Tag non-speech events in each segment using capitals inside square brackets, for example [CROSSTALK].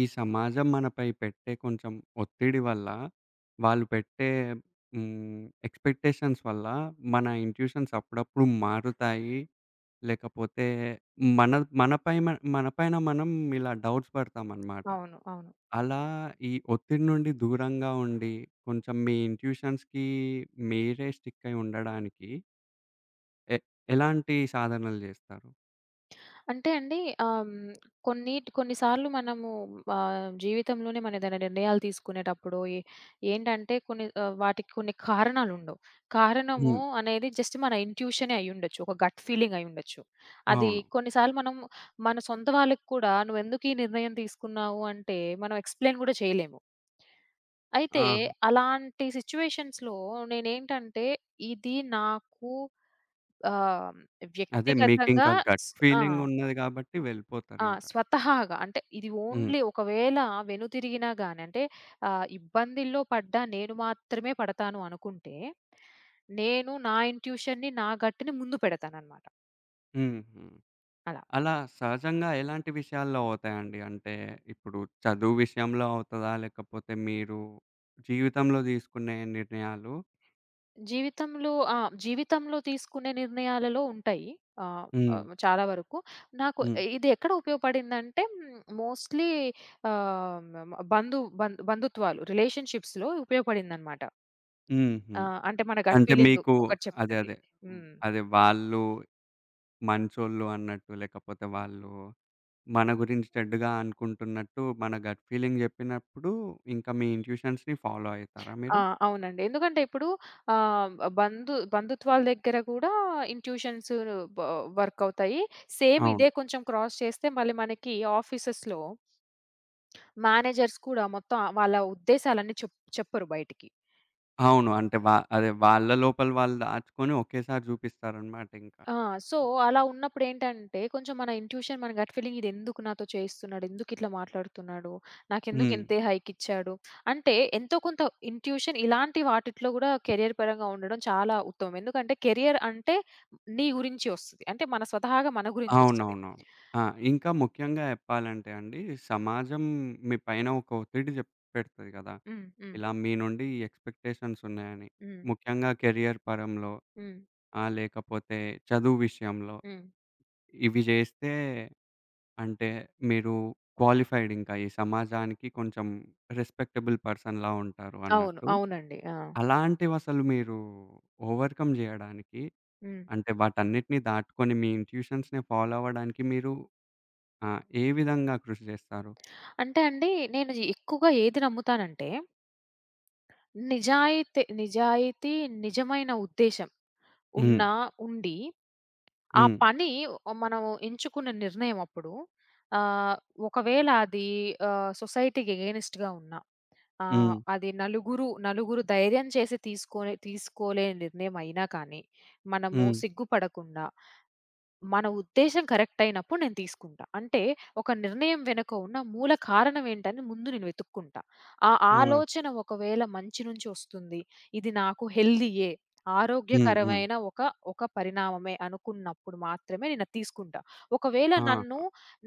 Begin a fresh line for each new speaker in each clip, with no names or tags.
ఈ సమాజం మనపై పెట్టే కొంచెం ఒత్తిడి వల్ల, వాళ్ళు పెట్టే ఎక్స్‌పెక్టేషన్స్ వల్ల మన ఇన్‌ట్యూషన్స్ అప్పుడప్పుడు మారుతాయి. లేకపోతే మన మనపై మ మనపైన మనం ఇలా డౌట్స్ పడతామనమాట.
అవును. అవును.
అలా ఈ ఒత్తిడి నుండి దూరంగా ఉండి, కొంచెం మీ ఇన్‌ట్యూషన్స్‌కి మీరే స్టిక్ అయి ఉండడానికి ఎ ఎలాంటి సాధనలు చేస్తారు?
అంటే అండి, ఆహ్, హ్మ్, కొన్నిసార్లు మనము జీవితంలోనే మన ఏదైనా నిర్ణయాలు తీసుకునేటప్పుడు ఏంటంటే కొన్ని వాటికి కొన్ని కారణాలుండవు. కారణము
హ్మ్.
అనేది జస్ట్ మన ఇంట్యూషనే అయ్యుండొచ్చు. ఒక గట్ ఫీలింగ్ అయ్యుండొచ్చు. అది
అవును.
కొన్నిసార్లు మనం మన సొంత వాళ్ళకి కూడా నువ్వెందుకు ఈ నిర్ణయం తీసుకున్నావు అంటే మనం ఎక్స్‌ప్లెయిన్ గూడా చేయలేము. అయితే
ఆ!
అలాంటి సిట్యుయేషన్స్‌లో నేనేంటంటే ఇది నాకు ఆహ్,
అదే
వ్యక్తిగతంగా
మీకింకా గట్
స్ ఆ!
ఫీలింగ్ ఉన్నది కాబట్టి
ఆ!
వెళ్ళిపోతారింక.
స్వతహాగా, అంటే ఇది
హ్మ్.
ఓన్లీ ఒకవేళ వెనుతిరిగినా గాని, అంటే ఇబ్బందుల్లో పడ్డా నేను మాత్రమే పడతాను అనుకుంటే, నేను నా ఇన్‌ట్యూషన్‌ని, నా గట్‌ని ముందు పెడతాననమాట.
హుహు.
అలా.
అలా సహజంగా ఎలాంటి విషయాల్లో అవుతాయండి? అంటే ఇప్పుడు చదువు విషయంలో అవుతదా? లేకపోతే మీరు జీవితంలో తీసుకునే నిర్ణయాలు?
జీవితంలో ఆ! జీవితంలో తీసుకునే నిర్ణయాలలో ఉంటాయి. ఆహ్,
హ్మ్.
ఆహ్, చాలా వరకు. నాకు
హ్మ్.
ఇది ఎక్కడ ఉపయోగపడిందంటే, హ్మ్, మోస్ట్‌లీ ఆహ్, మ బంధు బం బంధుత్వాలు, రిలేషన్‌షిప్స్‌లో ఉపయోగపడిందనమాట.
హుహు.
ఆ! అంటే మన గట్
అంటే
ఫీలింగ్
మీకు
ఒకటి
అదే.
చెప్తది.
అదే. హ్మ్.
హ్మ్.
అదే వాళ్ళు మంచోళ్ళు అన్నట్టు లేకపోతే వాళ్ళు మన గురించి చెడ్డగా అనుకుంటున్నట్టు మన గట్ ఫీలింగ్ చెప్పినప్పుడు ఇంకా మీ ఇన్‌ట్యూషన్స్‌ని ఫాలో అయితారా
ఆ!
మీరు?
అవునండి. ఎందుకంటే ఇప్పుడు ఆహ్, బంధుత్వాల దగ్గర కూడా ఇంట్యూషన్స్ బ వర్క్ అవుతాయి. సేమ్
అవును.
ఇదే కొంచెం క్రాస్ చేస్తే మళ్ళీ మనకి ఆఫీసెస్‌లో మేనేజర్స్ కూడా మొత్తం వాళ్ళ ఉద్దేశాలన్నీ చెప్పరు బయటికి.
అవును. అంటే అదే వాళ్ళ లోపల వాళ్ళు దాచుకొని ఒకేసారి చూపిస్తారన్నమాట ఇంకా.
ఆ! సో, అలా ఉన్నప్పుడేంటంటే, కొంచెం మన ఇంట్యూషన్, మన గట్ ఫీలింగ్ ఇదెందుకు నాతో చేయిస్తున్నాడు? ఎందుకిట్లా మాట్లాడుతున్నాడు? నాకెందుకు
హ్మ్.
ఇంతే హైకిచ్చాడు? అంటే ఎంతో కొంత ఇంట్యూషన్ ఇలాంటి వాటిట్లో గూడా కెరియర్ పరంగా ఉండడం చాలా ఉత్తమం. ఎందుకంటే, కెరియర్ అంటే నీ గురించి ఒస్తది. అంటే మన స్వతహాగా మన గురించొస్తది.
అవునవునవును. ఆ! ఇంకా ముఖ్యంగా చెప్పాలంటే అండి, సమాజం మీ పైన ఒక ఒత్తిడి పెడతది గదా!
హ్మ్. హ్మ్.
ఇలా మీ నుండి ఈ ఎక్స్‌పెక్టేషన్స్ ఉన్నాయని.
హ్మ్.
ముఖ్యంగా కెరియర్ పరంలో,
హ్మ్.
లేకపోతే చదువు విషయంలో.
హ్మ్.
ఇవి జేస్తే అంటే మీరు క్వాలిఫైడ్ ఇంకా ఈ సమాజానికి కొంచెం రెస్పెక్టబుల్ పర్సన్‌లా ఉంటారు
అవును.
అన్నట్టు.
అవునండి. ఆ!
అలాంటివసలు మీరు ఓవర్‌కమ్ జేయడానికి
హ్మ్.
అంటే వాటన్నిటిని దాటుకొని మీ ఇన్‌ట్యూషన్స్‌ని ఫాలో అవ్వడానికి మీరు ఆ! ఏ విధంగా కృషి చేస్తారు?
అంటే అండి, నేను ఎక్కువగా ఏది నమ్ముతానంటే, నిజాయితీ నిజాయితీ, నిజమైన ఉద్దేశం.
హ్మ్.
ఉన్నా ఉండి, ఆ
హ్మ్.
పని మనం ఎంచుకున్న నిర్ణయం అప్పుడు ఆహ్, ఒకవేళ అది సొసైటీకి ఎగైనిస్ట్‌గా ఉన్నా,
హ్మ్.
అది నలుగురు నలుగురు ధైర్యం చేసి తీసుకోలేని నిర్ణయం అయినా కానీ, మనము
హ్మ్.
సిగ్గుపడకుండా మన ఉద్దేశ్యం కరెక్ట్ అయినప్పుడు నేను తీసుకుంటా. అంటే ఒక నిర్ణయం వెనుక ఉన్న మూల కారణం ఏంటని ముందు నేను వెతుక్కుంటా. ఆ
ఆ!
ఆలోచన ఒకవేళ మంచి నుంచి వస్తుంది. ఇది నాకు హెల్తీయే.
హ్మ్. హ్మ్.
ఆరోగ్యకరమైన ఒక ఒక పరిణామమే అనుకున్నప్పుడు మాత్రమే నేనది తీసుకుంటా. ఒకవేళ
ఆ!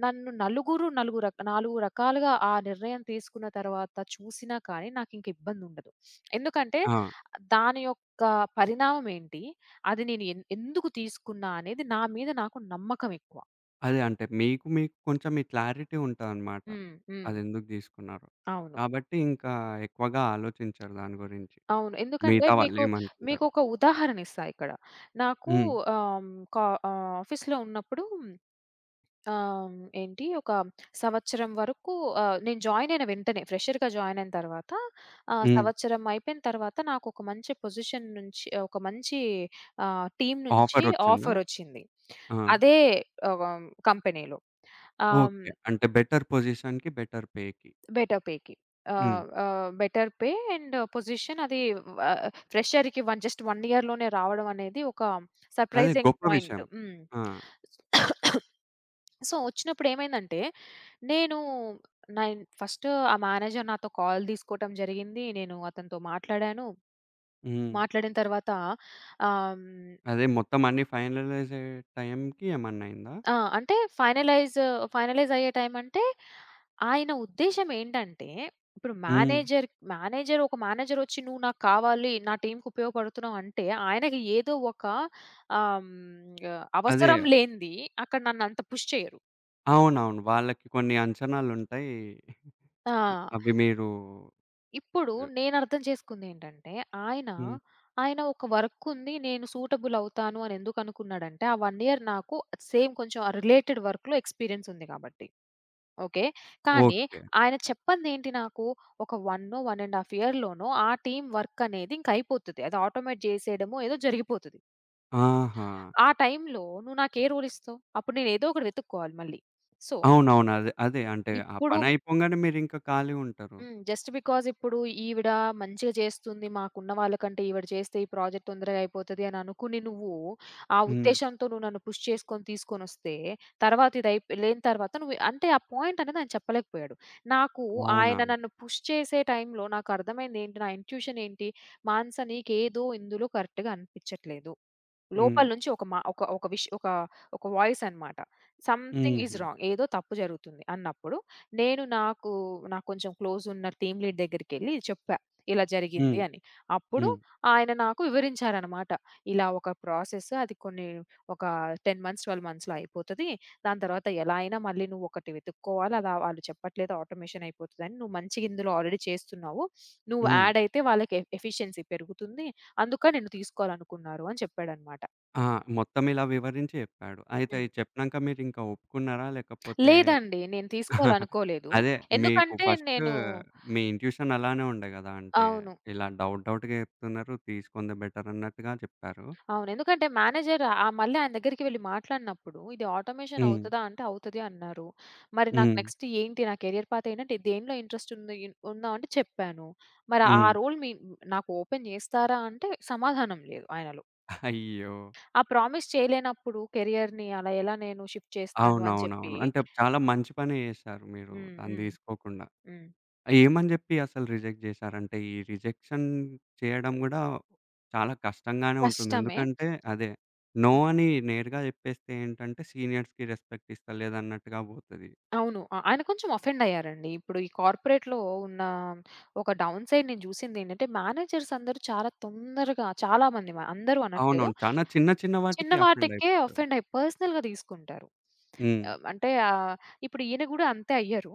నన్ను నలుగురు నలుగు రక నాలుగు రకాలుగా ఆ నిర్ణయం తీసుకున్న తర్వాత చూసినా కానీ నాకింక ఇబ్బందుండదు. ఎందుకంటే
ఆ!
దాని యొక్క పరిణామం ఏంటి? అది నేను ఎందుకు తీసుకున్నా అనేది నా మీద నాకు నమ్మకం ఎక్కువ.
అదే అంటే మీకు మీకు కొంచెం ఈ క్లారిటీ ఉంటదనమాట.
హ్మ్. హ్మ్.
అదెందుకు తీసుకున్నారో.
అవును.
కాబట్టి ఇంకా ఎక్కువగా ఆలోచించరు దాని గురించి.
అవును. ఎందుకంటే
మిగతా
మీకు
వాళ్ళేమనుకుంటారో.
మీకొక ఉదాహరణ ఇస్తా ఇక్కడ. నాకు
హ్మ్.
ఆహ్, ఆఫీస్‌లో ఉన్నప్పుడు ఆహ్, ఏంటి ఒక సంవత్సరం వరకు, నేను జాయిన్ అయిన వెంటనే ఫ్రెషర్‌గా జాయిన్ అయిన తర్వాత
హ్మ్.
సంవత్సరం అయిపోయిన తర్వాత నాకు ఒక మంచి పొజిషన్ నుంచి ఒక మంచి టీమ్ నుంచి
ఆఫరొచ్చిందా?
ఆఫర్ వచ్చింది.
ఆ!
అదే ఆహ్, కంపెనీలో. ఆహ్
ఓకే. అంటే బెటర్ పొజిషన్‌కి, బెటర్ పేకి.
బెటర్ పేకి.
హ్మ్.
ఆహ్, ఆహ్, బెటర్ పే అండ్ పొజిషన్. అది ఆహ్, ఫ్రెషర్‌కి వన్ జస్ట్ 1 ఇయర్‌లోనే రావడం అనేది ఒక
అదే
సర్ప్రైజింగ్
గొప్ప
పాయింట్.
విషయం.
హ్మ్.
ఆ!
సో, వచ్చినప్పుడు ఏమైందంటే, నేను నైన్ ఫస్ట్ ఆ మేనేజర్ నాతో కాల్ తీసుకోవటం జరిగింది. నేను అతనితో మాట్లాడాను.
హ్మ్.
మాట్లాడిన తర్వాత ఆహ్, హ్మ్
అదే మొత్తం అన్నీ ఫైనలైజ్ అయ్యే టైంకి ఏమన్నా అయిందా?
ఆ! అంటే ఫైనలైజ్ అయ్యే టైం అంటే, ఆయన ఉద్దేశ్యం ఏంటంటే, ఇప్పుడు
హ్మ్.
మేనేజర్ వచ్చి "నువ్వు నాకు కావాలి, నా టీమ్‌కి ఉపయోగపడుతున్నావు" అంటే, ఆయనకి ఏదో ఒక
అదే
అవసరం లేనిది అక్కడ నన్ను అంత పుష్ చేయరు.
అవునవును. వాళ్ళకి కొన్ని అంచనాలుంటాయి.
ఆ!
అవి మీరు
ఇప్పుడు నేను అర్థం చేసుకుందేంటంటే, ఆయన,
హ్మ్.
ఆయన ఒక వర్క్ ఉంది, నేను సూటబుల్ అవుతాను అని ఎందుకు అనుకున్నాడంటే, ఆ 1 ఇయర్ నాకు సేమ్ కొంచెం ఆ రిలేటెడ్ వర్క్‌లో ఎక్స్‌పీరియన్స్ ఉంది కాబట్టి. ఓకే. కానీ
ఓకే.
ఆయన చెప్పందేంటి నాకు, ఒక 1 వన్ అండ్ హాఫ్ ఇయర్‌లోనో ఆ టీమ్ వర్క్ అనేది ఇంక అయిపోతది. అది ఆటోమేట్ జేసేయడమో ఏదో జరిగిపోతది.
ఆహా!
ఆ టైంలో నువ్వు నాకు ఏ రోల్ ఇస్తావు? అప్పుడు నేను ఏదో ఒకటి వెతుక్కోవాలి మళ్ళీ. సో,
అవునవును. అదే. అదే. అంటే ఆ
ఇప్పుడు,
పనయిపోంగానే మీరింక ఖాళీ ఉంటారు.
హ్మ్, జస్ట్ బికాజ్ ఇప్పుడు ఈవిడ మంచిగా చేస్తుంది, మాకున్న వాళ్ళకంటే ఈవిడ చేస్తే ఈ ప్రాజెక్ట్ తొందరగా అయిపోతది అని అనుకుని, నువ్వు ఆ
హ్మ్.
ఉద్దేశ్యంతో నువ్వు నన్ను పుష్ చేసుకొని తీసుకొనొస్తే తర్వాత ఇది అయిపో లేని తర్వాత నువ్వు, అంటే ఆ పాయింట్ అనేది ఆయన చెప్పలేకపోయాడు. నాకు
అవునా?
ఆయన నన్ను పుష్ చేసే టైంలో నాకు అర్థమైందేంటి, నా ఇన్‌ట్యూషన్ ఏంటి, మానస నీకేదో ఇందులో కరెక్ట్‌గా అనిపించట్లేదు.
హ్మ్.
లోపల నుంచి ఒక మా ఒక ఒక విష్ ఒక ఒక వాయిస్ అన్నమాట. సంథింగ్ ఈస్
హుహు.
రాంగ్. ఏదో తప్పు జరుగుతుంది అన్నప్పుడు, నేను నాకు, నాకు కొంచెం క్లోజ్ ఉన్న టీమ్ లీడ్ దగ్గరికెళ్ళి చెప్పా, ఇలా జరిగింది
హ్మ్.
అని. అప్పుడు
హ్మ్.
ఆయన నాకు వివరించారన్నమాట. ఇలా ఒక ప్రాసెస్ అది కొన్ని ఒక 10 మంత్స్, 12 మంత్స్‌లో అయిపోతది. దాని తర్వాత ఎలా అయినా మళ్ళీ నువ్వు ఒకటి వెతుక్కోవాలి. అలా వాళ్ళు చెప్పట్లేదు ఆటోమేషన్ అయిపోతదని. నువ్వు మంచిగా ఇందులో ఆల్రెడీ చేస్తున్నావు. నువ్వు
హ్మ్.
యాడ్ అయితే వాళ్ళకి ఎఫిషియన్సీ పెరుగుతుంది. అందుకని నిన్ను తీసుకోవాలనుకున్నారు అని చెప్పాడన్నమాట.
ఆ! మొత్తం ఇలా వివరించి చెప్పాడు. అయితే
హ్మ్.
ఇది చెప్పినంక మీరింకా ఒప్పుకున్నారా? లేకపోతే
లేదండి, నేను తీసుకోవాలనుకోలేదు.
అదే. మీకు
ఎందుకంటే
ఫస్ట్
నేను,
మీ ఇన్‌ట్యూషన్ అలానే ఉండే గదా! అంటే
అవును.
ఇలా డౌట్ డౌట్‌గా చెప్తున్నారు. తీసుకుంది బెటర్ అన్నట్టుగా చెప్పారు.
అవును. ఎందుకంటే మేనేజర్, మళ్ళీ ఆయన దగ్గరికి వెళ్లి మాట్లాడినప్పుడు, ఇది ఆటోమేషన్
హ్మ్.
అవుతదా అంటే అవుతది అన్నారు. మరి నాకు
హ్మ్.
నెక్స్ట్ ఏంటి? నా కెరియర్ పాత్ ఏంటంటే దేనిలో ఇంట్రెస్ట్ ఉందా అంటే చెప్పాను. మరి ఆ
హ్మ్.
రోల్ నాకు ఓపెన్ చేస్తారా అంటే సమాధానం లేదు ఆయనలో.
అయ్యో!
ఆ ప్రామిస్ చేయలేనప్పుడు కెరియర్‌ని అలా ఎలా నేను షిఫ్ట్ చేస్తాను అని చెప్పి.
అవునవునవును. అంటే చాలా మంచి పనే చేశారు మీరు
హ్మ్.
దాన్ని
హ్మ్.
తీసుకోకుండా.
హ్మ్.
ఏమని జెప్పి అసలు రిజెక్ట్ జేశారంటే, ఈ రిజెక్షన్ చేయడం గూడా చాలా కష్టంగానే ఉంటుంది.
కష్టమే.
ఎందుకంటే అదే నో అని నేరుగా జెప్పేస్తే ఏంటంటే సీనియర్స్‌కి రెస్పెక్ట్ ఇస్తలేదన్నట్టుగా పోతది.
అవును. ఆయన కొంచెం అఫెండ్ అయ్యారండి. ఇప్పుడు ఈ కార్పొరేట్‌లో ఉన్న ఒక డౌన్ సైడ్ నేను చూసిందేంటంటే, మేనేజర్స్ అందరూ చాలా తొందరగా, చాలా మంది, అందరూ అనట్లేదు.
అవునవును. చాలా చిన్న చిన్న
చిన్న
వాటికి అఫెండ్
వాటికే
అయిపోతారు.
అఫెండ్ అయ్యి పర్సనల్‌గా తీసుకుంటారు.
హ్మ్.
ఆహ్, అంటే ఆహ్, ఇప్పుడు ఈయన గూడా అంతే అయ్యారు.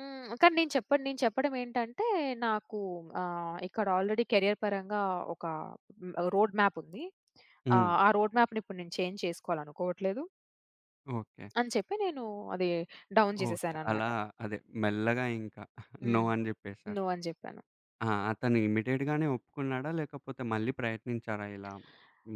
హ్మ్. కానీ నేను చెప్పడం ఏంటంటే, నాకు ఇక్కడ ఆల్రెడీ కెరియర్ పరంగా ఒక, హ్మ్, రోడ్ మ్యాప్ ఉంది.
హ్మ్.
ఆ రోడ్ మ్యాప్‌ని ఇప్పుడు నేను చేంజ్ చేసుకోవాలనుకోవట్లేదు
ఓకే.
అని చెప్పి నేను అది డౌన్
ఓకే.
చేసేసాననమాట.
అలా అదే మెల్లగా ఇంకా నో
హ్మ్.
అని జెప్పేశారు.
నో అని జెప్పాను.
ఆ! అతను ఇమ్మీడియేట్‌గానే ఒప్పుకున్నాడా? లేకపోతే మళ్ళీ ప్రయత్నించారా ఇలా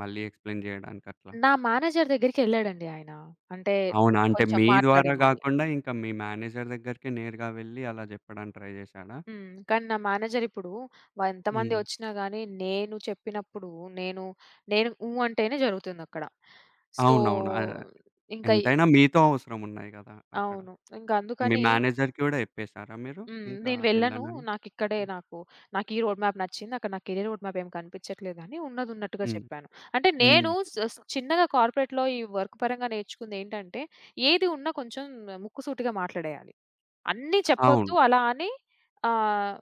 మళ్ళీ ఎక్స్‌ప్లెయిన్ జేయడానికట్లా?
నా మేనేజర్ దగ్గరికెళ్ళాడండి ఆయన, అంటే
అవునా? అంటే
కొంచెం
మీ ద్వారా
మాట్లాడమని.
గాకుండా ఇంకా మీ మేనేజర్ దగ్గరికే నేరుగా వెళ్లి అలా జెప్పడానికి ట్రై జేశాడా?
హ్మ్. కానీ నా మేనేజర్ ఇప్పుడు ఎంతమంది
హ్మ్.
ఒచ్చినా గాని, నేను చెప్పినప్పుడు, నేను, నేను "ఊ" అంటేనే జరుగుతుందక్కడ. సో,
అవునవును.
ఇంక ఈ,
ఎంతైనా మీతో అవసరం ఉన్నాయి గదా! అక్కడ.
అవును. ఇంక
మీ
అందుకని,
మేనేజర్‌కి గూడా జెప్పేసారా మీరు?
హ్మ్,
ఇంకా
నేను వెళ్ళను.
ఎళ్ళనని?
నాకిక్కడే నాకు, నాకు ఈ రోడ్ మ్యాప్ నచ్చింది. అక్కడ నా కెరీర్ రోడ్ మ్యాప్ ఏమి కనిపించట్లేదని ఉన్నదున్నట్టుగా
హ్మ్.
చెప్పాను. అంటే
హ్మ్.
నేను స్ స్ చిన్నగా కార్పొరేట్‌లో ఈ వర్క్ పరంగా నేర్చుకుందేంటంటే, ఏది ఉన్నా కొంచెం ముక్కుసూటిగా మాట్లాడేయాలి. అన్నీ చెప్పొద్దు,
అవును.
అలా అని ఆహ్,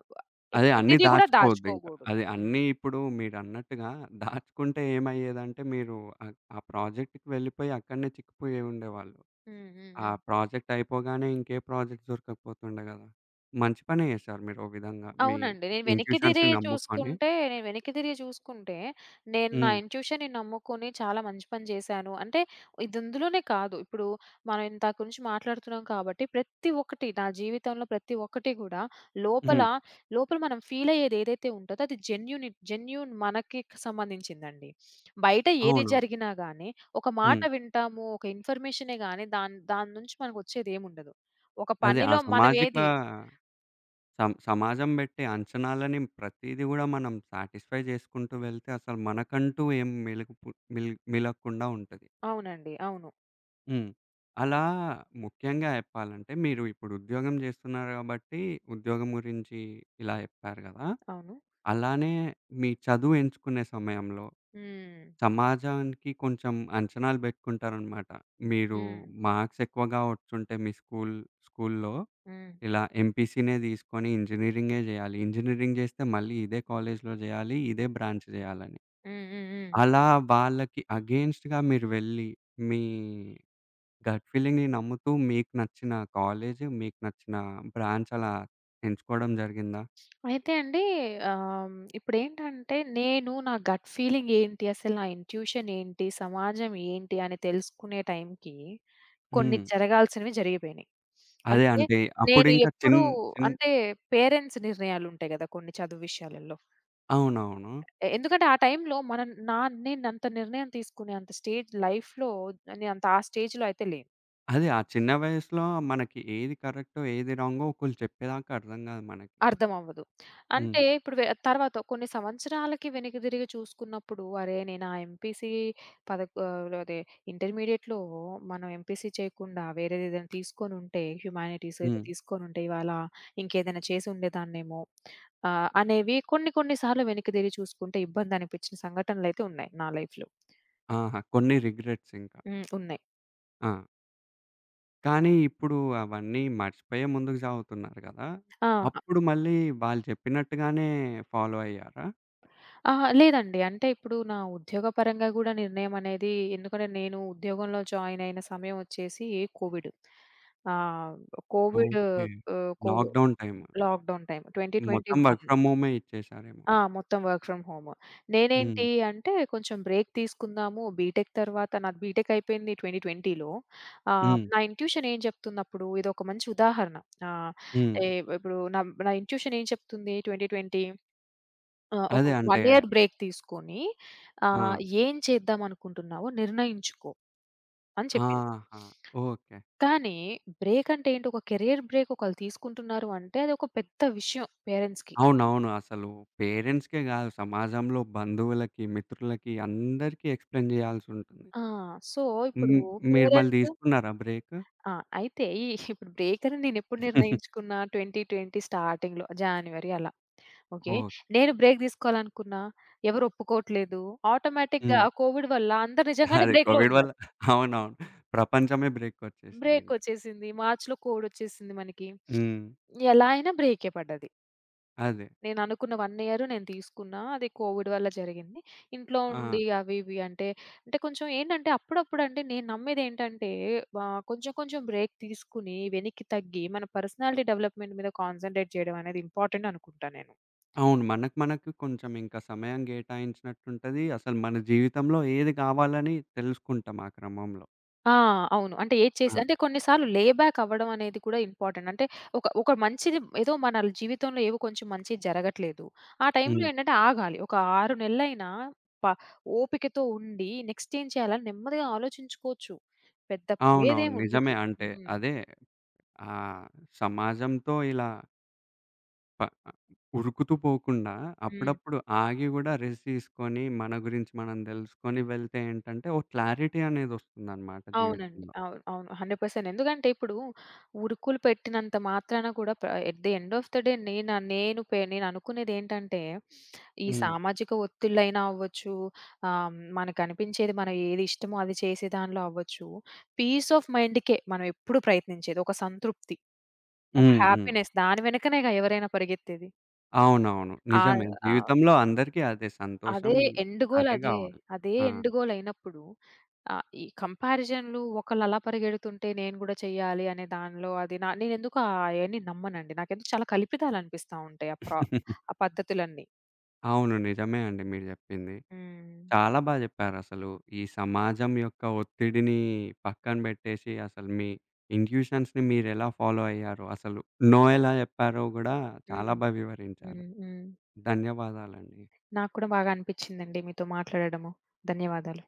అదే అన్నీ
ప్రతిదీ కూడా
దాచుకోవద్దింక.
దాచుకోకూడదు.
అది
హ్మ్.
అన్నీ ఇప్పుడు మీరన్నట్టుగా దాచుకుంటే ఏమయ్యేదంటే మీరు ఆ ఆ ప్రాజెక్ట్‌కి వెళ్ళిపోయి అక్కడనే చిక్కుపోయి ఉండేవాళ్ళు.
హ్మ్. హ్మ్.
ఆ
హ్మ్.
ప్రాజెక్ట్ అయిపోగానే ఇంకే ప్రాజెక్ట్ దొరకకపోతుండే గదా! మంచి పనే చేశారు మీరు ఓ విధంగా మీ
అవునండి.
ఇన్‌ట్యూషన్స్‌ని నమ్ముకొని.
నేను వెనక్కి తిరిగి చూసుకుంటే, నేను నా
హ్మ్.
ఇన్‌ట్యూషన్‌ని నమ్ముకొని చాలా మంచి పని చేశాను. అంటే ఇది ఇందులోనే కాదు. ఇప్పుడు మనం ఇందాక నుంచి మాట్లాడుతున్నాం కాబట్టి, ప్రతి ఒక్కటి నా జీవితంలో ప్రతి ఒక్కటి కూడా లోపల,
హ్మ్.
లోపల మనం ఫీల్ అయ్యేది ఏదైతే ఉంటదో అది జెన్యూన్ మనకి సంబంధించిందండి. బయట ఏది
అవును.
జరిగినా గాని, ఒక మాట
హ్మ్.
వింటాము, ఒక ఇన్ఫర్మేషనే గాని దాని దాని నుంచి మనకు వచ్చేదేముండదు. ఒక
అదే ఆ
పనిలో మనం
సామాజిక
ఏది,
సమాజం బెట్టే అంచనాలని ప్రతీది గూడా మనం సాటిస్ఫై చేసుకుంటూ వెళ్తే అసలు మనకంటూ ఏం మిలుగుపు మిల్ మిలక్కుండా ఉంటది.
అవునండి. అవును.
హ్మ్. అలా ముఖ్యంగా జెప్పాలంటే మీరు ఇప్పుడు ఉద్యోగం జేస్తున్నారు గాబట్టి ఉద్యోగం గురించి ఇలా జెప్పారు గదా!
అవును.
అలానే మీ చదువు ఎంచుకునే సమయంలో
హ్మ్.
సమాజానికి కొంచెం అంచనాలు బెట్టుకుంటారనమాట. మీరు
హ్మ్.
మార్క్స్ ఎక్కువగా వచ్చుంటే మీ స్కూల్‌లో
హ్మ్.
ఇలా ఎంపీసీనే తీసుకొని ఇంజినీరింగే జేయాలి. ఇంజినీరింగ్ జేస్తే మళ్ళీ ఇదే కాలేజ్‌లో జేయాలి. ఇదే బ్రాంచ్ జేయాలని.
హ్మ్. హ్మ్. హ్మ్.
అలా వాళ్ళకి అగెయిన్స్ట్‌గా మీరు వెళ్ళి మీ గట్ ఫీలింగ్‌ని నమ్ముతూ మీకు నచ్చిన కాలేజ్, మీకు నచ్చిన బ్రాంచ్ అలా ఎంచుకోవడం జరిగిందా?
అయితే అండి, ఇప్పుడేంటంటే నేను నా గట్ ఫీలింగ్ ఏంటి? అసలు నా ఇంట్యూషన్ ఏంటి? సమాజం ఏంటి? అని తెలుసుకునే టైంకి కొన్ని
హ్మ్.
జరగాల్సినవి జరిగిపోయినాయి.
అదే
అంటే
అంటే
నేను
అప్పుడింకా చిన్
ఎప్పుడూ,
చిన్
అంటే పేరెంట్స్ నిర్ణయాలుంటాయి గదా, కొన్ని చదువు విషయాలలో.
అవునవును.
ఎందుకంటే ఆ టైంలో మనం, నేనంత నిర్ణయం తీసుకునే అంత స్టేజ్ లైఫ్‌లో, నేనంత ఆ స్టేజ్‌లో అయితే లేను.
అదే. ఆ చిన్న వయసులో మనకి ఏది కరెక్టో, ఏది రాంగో ఒకళ్ళు చెప్పేదాకా అర్థం గాదు మనకి.
అర్థమవ్వదు.
హ్మ్.
అంటే ఇప్పుడు తర్వాత కొన్ని సంవత్సరాలకి వెనక్కి తిరిగి చూసుకున్నప్పుడు, అరే! నేను ఆ ఎంపీసీ పదక్ ఆహ్, అదే ఇంటర్మీడియేట్‌లో మనం ఎంపీసీ చేయకుండా వేరేది ఏదైనా తీసుకొనుంటే, హ్యుమానిటీస్ అయితే
హ్మ్.
తీసుకొనుంటే ఇవాళ ఇంకేదైనా చేసి ఉండేదాన్నేమో అనేవి, కొన్ని కొన్ని సార్లు వెనక్కి తిరిగి చూసుకుంటే ఇబ్బందనిపించిన సంఘటనలైతే ఉన్నాయి నా లైఫ్‌లో.
ఆహా! కొన్ని రిగ్రెట్స్ ఇంకా.
హ్మ్. ఉన్నాయి.
ఆ! కానీ ఇప్పుడు అవన్నీ మర్చిపోయే ముందుకు సాగుతున్నారు గదా!
ఆ!
అప్పుడు మళ్ళీ వాళ్ళు చెప్పినట్టుగానే ఫాలో అయ్యారా?
అహా! లేదండి. అంటే ఇప్పుడు నా ఉద్యోగపరంగా గూడా నిర్ణయం అనేది, ఎందుకంటే నేను ఉద్యోగంలో జాయిన్ అయిన సమయం వచ్చేసి కోవిడ్. ఆహ్, కోవిడ్,
ఓకే.
ఆహ్, కోవి
లాక్‌డౌన్ టైమ్.
లాక్‌డౌన్ టైమ్
మొత్తం వర్క్
2021.
ఫ్రమ్ హోమే ఇచ్చేశారేమో.
ఆ! మొత్తం వర్క్ ఫ్రమ్ హోమ్. నేనేంటి
హ్మ్.
అంటే కొంచెం బ్రేక్ తీసుకుందాము. బీటెక్ తర్వాత, నాది బీటెక్ అయిపోయింది 2020లో.
హ్మ్.
నా ఇన్‌ట్యూషన్ ఏం చెప్తుందప్పుడు ఇదొక మంచి ఉదాహరణ. ఆహ్,
హ్మ్.
ఎ ఇప్పుడు నా నా ఇన్‌ట్యూషన్ ఏం చెప్తుంది 2020. ఆ! ఒక
అదే అంటే
1 ఇయర్ బ్రేక్ తీసుకొని ఆహ్,
ఆ!
ఏం చేద్దామనుకుంటున్నావో నిర్ణయించుకో అని చెప్పింది.
ఆహా! ఓకే.
కానీ బ్రేక్ అంటే ఏంటి, ఒక కెరియర్ బ్రేక్ ఒకళ్ళు తీసుకుంటున్నారు అంటే అదొక పెద్ద విషయం పేరెంట్స్‌కి.
అవునవును. అసలు పేరెంట్స్‌కే గాదు సమాజంలో బంధువులకి, మిత్రులకి అందరికీ ఎక్స్‌ప్లెయిన్ జేయాల్సుంటుంది.
ఆ! సో, ఇప్పుడు
హ్మ్. మీరు మళ్ళీ
పేరెంట్స్,
తీసుకున్నారా బ్రేక్?
ఆ! అయితే ఈ [LAUGHS] ఇప్పుడు బ్రేక్ అని నేనెప్పుడు నిర్ణయించుకున్నా, 2020 స్టార్టింగ్‌లో జాన్యువరి అలా. ఓకే.
ఓహ్!
నేను బ్రేక్ తీసుకోవాలనుకున్నా. ఎవరు ఒప్పుకోవట్లేదు. ఆటోమేటిక్‌గా
హ్మ్.
కోవిడ్ వల్ల అందరూ నిజంగానే
అదే
బ్రేక్‌లో
కోవిడ్ వల్ల
ఉన్నారు.
అవునవును. ప్రపంచమే బ్రేక్‌కొచ్చేసిందింక.
బ్రేకొచ్చేసింది. మార్చ్‌లో కోడొచ్చేసింది మనకి.
హ్మ్.
ఎలా అయినా బ్రేకే పడ్డది.
అదే.
నేననుకున్న 1 ఇయర్ నేను తీసుకున్నా. అది కోవిడ్ వల్ల జరిగింది. ఇంట్లో
ఆ!
ఉండి అవి ఇవి అంటే, అంటే కొంచెం ఏంటంటే, అప్పుడప్పుడంటే నేను నమ్మేదేంటంటే, కొంచెం కొంచెం బ్రేక్ తీసుకొని వెనక్కి తగ్గి మన పర్సనాలిటీ డెవలప్‌మెంట్ మీద కాన్సంట్రేట్ చేయడం అనేది ఇంపార్టెంట్ అనుకుంటా నేను.
అవును. మనకు మనకు కొంచెం ఇంకా సమయం కేటాయించినట్టుంటది. అసలు మన జీవితంలో ఏది కావాలని తెలుసుకుంటాం ఆ క్రమంలో.
ఆ! అవును. అంటే ఏది చేసి,
ఆ!
అంటే కొన్ని సార్లు లే బ్యాక్ అవ్వడం అనేది కూడా ఇంపార్టెంట్. అంటే ఒక ఒక మంచిది ఏదో మన జీవితంలో, ఏవో కొంచెం మంచిది జరగట్లేదు. ఆ టైంలో
హ్మ్.
ఏంటంటే ఆగాలి. ఒక 6 నెలలైనా ప ఓపికతో ఉండి నెక్స్ట్ ఏం చేయాలని నెమ్మదిగా ఆలోచించుకోవచ్చు. పెద్ద
అవునవును.
పోయేదేముండదు.
నిజమే. అంటే
హ్మ్.
అదే ఆహ్, సమాజంతో ఇలా ప ఆహ్, ఉరుకుతూ పోకుండా
హ్మ్.
అప్పుడప్పుడు ఆగి గూడా రెస్ట్ తీసుకొని, మన గురించి మనం దెలుసుకొని వెళ్తే ఏంటంటే, ఓ క్లారిటీ అనేదొస్తుందనమాట
అవునండి.
జీవితంలో.
అవును. అవును. 100% ఎందుకంటే ఇప్పుడు ఉరుకులు పెట్టినంత మాత్రాన కూడా at the end of the day, నేను అనుకునేదేంటంటే, ఈ
హ్మ్.
సామాజిక ఒత్తిళ్ళైనా అవ్వచ్చు, మనకనిపించేది, మనం ఏది ఇష్టమో అది చేసే దానిలో అవ్వచ్చు. పీస్ ఆఫ్ మైండ్‌కే మనం ఎప్పుడు ప్రయత్నించేది. ఒక సంతృప్తి, ఒక
హ్మ్. హ్మ్.
హ్యాపీనెస్ దాని వెనకనేగా ఎవరైనా పరిగెత్తేది.
అవునవును.
ఆహ్,
నిజమే.
ఆహ్,
జీవితంలో అందరికీ అదే సంతోషం
అదే ఎండ్ గోల్
అదే
అదే.
గావాలి.
అదే
ఆ!
ఎండ్ గోల్ అయినప్పుడు ఆ! ఈ కంపారిజన్‌లు ఒకళ్ళలా పరిగెడుతుంటే నేను గూడా చెయ్యాలి అనే దానిలో, అది నేనెందుకో అయన్నీ నమ్మనండి. నాకెందుకు చాలా కల్పితాలనిపిస్తా ఉంటాయి ఆ
[LAUGHS]
పద్ధతులన్నీ.
అవును. నిజమే అండి మీరు జెప్పింది.
హ్మ్.
చాలా బా జెప్పారసలు. ఈ సమాజం యొక్క ఒత్తిడిని పక్కన బెట్టేసి, అసలు మీ ఇన్‌ట్యూషన్స్‌ని మీరెలా ఫాలో అయ్యారో, అసలు నో ఎలా జెప్పారో గూడా
హ్మ్.
చాలా బా వివరించారు.
హ్మ్. హ్మ్.
ధన్యవాదాలండి.
నాకు కూడా బాగా అనిపిచ్చిందండి మీతో మాట్లాడడము. ధన్యవాదాలు.